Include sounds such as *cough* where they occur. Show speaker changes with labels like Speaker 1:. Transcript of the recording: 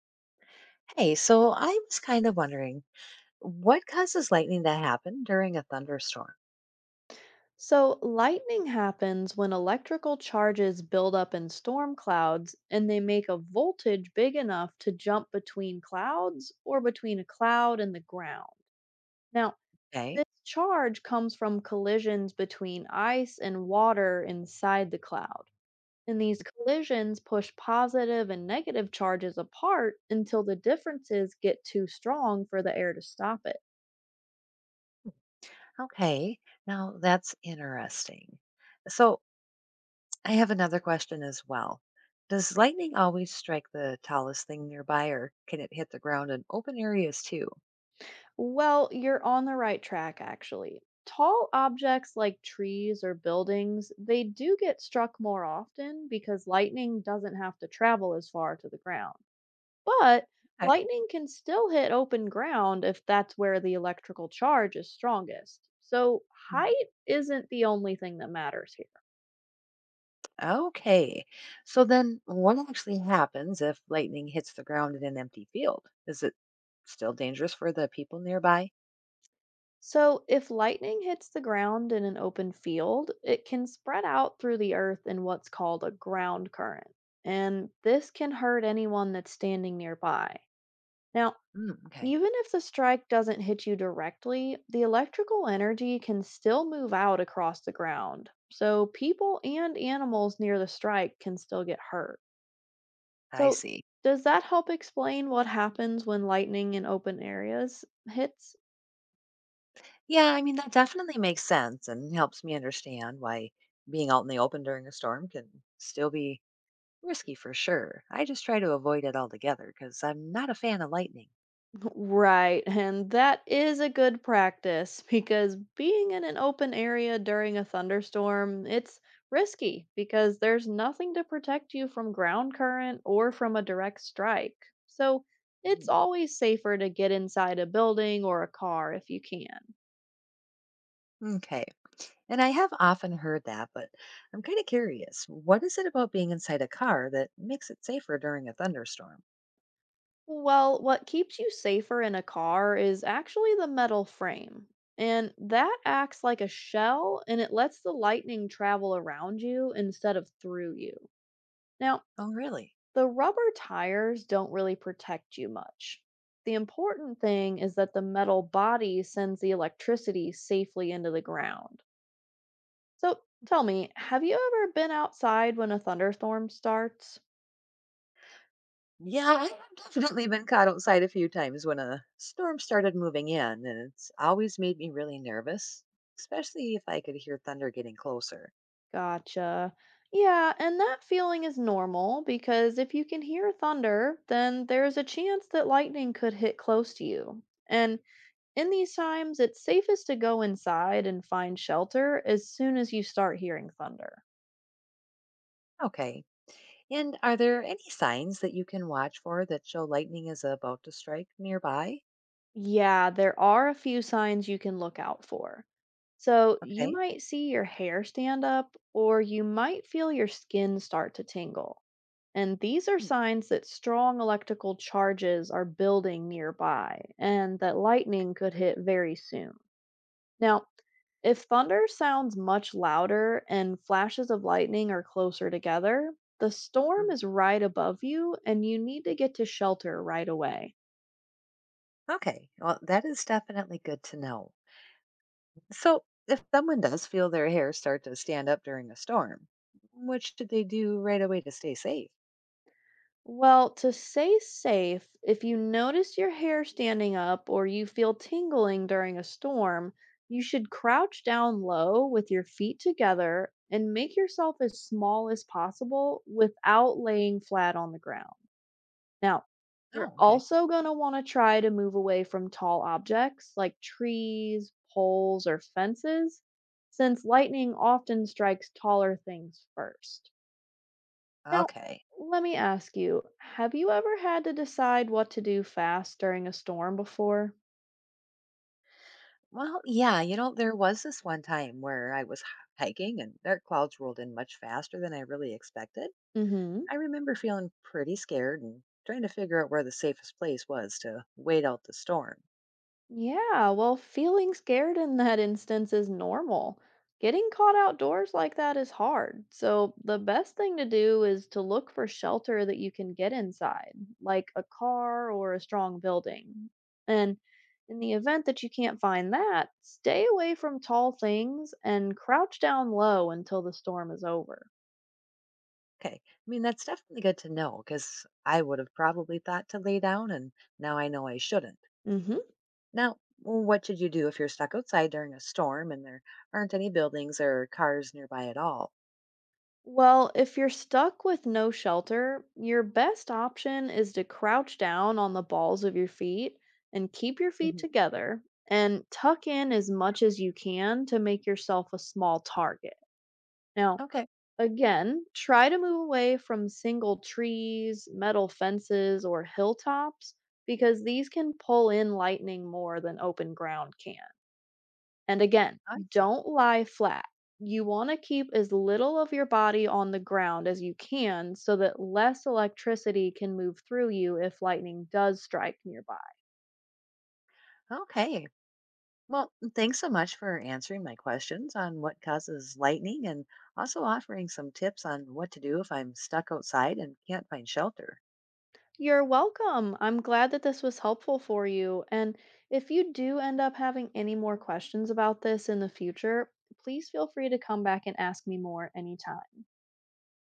Speaker 1: Hey, so I was kind of wondering what causes lightning to happen during a thunderstorm?
Speaker 2: So, lightning happens when electrical charges build up in storm clouds and they make a voltage big enough to jump between clouds or between a cloud and the ground. Now,
Speaker 1: Okay.
Speaker 2: this charge comes from collisions between ice and water inside the cloud. And these collisions push positive and negative charges apart until the differences get too strong for the air to stop it.
Speaker 1: Okay. Now that's interesting. So I have another question as well. Does lightning always strike the tallest thing nearby, or can it hit the ground in open areas too?
Speaker 2: Well, you're on the right track, actually. Tall objects like trees or buildings, they do get struck more often because lightning doesn't have to travel as far to the ground. But
Speaker 1: Okay.
Speaker 2: lightning can still hit open ground if that's where the electrical charge is strongest. So
Speaker 1: Mhm.
Speaker 2: height isn't the only thing that matters here.
Speaker 1: Okay. So then what actually happens if lightning hits the ground in an empty field? Is it still dangerous for the people nearby?
Speaker 2: So, if lightning hits the ground in an open field, it can spread out through the earth in what's called a ground current, and this can hurt anyone that's standing nearby. Now,
Speaker 1: Mm, okay.
Speaker 2: even if the strike doesn't hit you directly, the electrical energy can still move out across the ground, so people and animals near the strike can still get hurt.
Speaker 1: I
Speaker 2: So,
Speaker 1: see.
Speaker 2: does that help explain what happens when lightning in open areas hits?
Speaker 1: Yeah, I mean, that definitely makes sense and helps me understand why being out in the open during a storm can still be risky for sure. I just try to avoid it altogether because I'm not a fan of lightning.
Speaker 2: Right, and that is a good practice because being in an open area during a thunderstorm, it's risky because there's nothing to protect you from ground current or from a direct strike. So, it's
Speaker 1: Mm,
Speaker 2: always safer to get inside a building or a car if you can.
Speaker 1: okay. And I have often heard that, but I'm kind of curious. What is it about being inside a car that makes it safer during a thunderstorm?
Speaker 2: Well, what keeps you safer in a car is actually the metal frame. And that acts like a shell and it lets the lightning travel around you instead of through you. Now,
Speaker 1: Oh, really?
Speaker 2: the rubber tires don't really protect you much. The important thing is that the metal body sends the electricity safely into the ground. So tell me, have you ever been outside when a thunderstorm starts?
Speaker 1: Yeah, I have definitely been caught outside a few times when a storm started moving in, and it's always made me really nervous, especially if I could hear thunder getting closer.
Speaker 2: Gotcha. Yeah, and that feeling is normal because if you can hear thunder, then there's a chance that lightning could hit close to you. And in these times, it's safest to go inside and find shelter as soon as you start hearing thunder.
Speaker 1: Okay. And are there any signs that you can watch for that show lightning is about to strike nearby?
Speaker 2: Yeah, there are a few signs you can look out for. So you
Speaker 1: Okay.
Speaker 2: might see your hair stand up, or you might feel your skin start to tingle. And these are
Speaker 1: Mm,
Speaker 2: signs that strong electrical charges are building nearby and that lightning could hit very soon. Now, if thunder sounds much louder and flashes of lightning are closer together, the storm
Speaker 1: mhm.
Speaker 2: is right above you and you need to get to shelter right away.
Speaker 1: Okay. Well, that is definitely good to know. So, if someone does feel their hair start to stand up during a storm, what should they do right away to stay safe?
Speaker 2: Well, to stay safe, if you notice your hair standing up or you feel tingling during a storm, you should crouch down low with your feet together and make yourself as small as possible without laying flat on the ground. Now, you're
Speaker 1: Oh, okay.
Speaker 2: also going to want to try to move away from tall objects like trees, poles, or fences, since lightning often strikes taller things first. Now,
Speaker 1: Okay.
Speaker 2: let me ask you, have you ever had to decide what to do fast during a storm before?
Speaker 1: Well, yeah, there was this one time where I was hiking and dark clouds rolled in much faster than I really expected.
Speaker 2: Mm-hmm.
Speaker 1: I remember feeling pretty scared and trying to figure out where the safest place was to wait out the storm.
Speaker 2: Yeah, well, feeling scared in that *laughs* instance is normal. Getting caught outdoors like that is hard, so the best thing to do is to look for shelter that you can get inside, like a car or a strong building. And in the event that you can't find that, stay away from tall things and crouch down low until the storm is over.
Speaker 1: Okay, I mean, that's definitely good to know because I would have probably thought to lay down and now I know I shouldn't.
Speaker 2: Mm-hmm.
Speaker 1: Now, what should you do if you're stuck outside during a storm and there aren't any buildings or cars nearby at all?
Speaker 2: Well, if you're stuck with no shelter, your best option is to crouch down on the balls of your feet and keep your feet
Speaker 1: Hmm.
Speaker 2: together and tuck in as much as you can to make yourself a small target. Now,
Speaker 1: Okay,
Speaker 2: again, try to move away from single trees, metal fences, or hilltops because these can pull in lightning more than open ground can. And again,
Speaker 1: I see.
Speaker 2: don't lie flat. You want to keep as little of your body on the ground as you can so that less electricity can move through you if lightning does strike nearby.
Speaker 1: Okay, well, thanks so much for answering my questions on what causes lightning and also offering some tips on what to do if I'm stuck outside and can't find shelter.
Speaker 2: You're welcome. I'm glad that this was helpful for you. And if you do end up having any more questions about this in the future, please feel free to come back and ask me more anytime.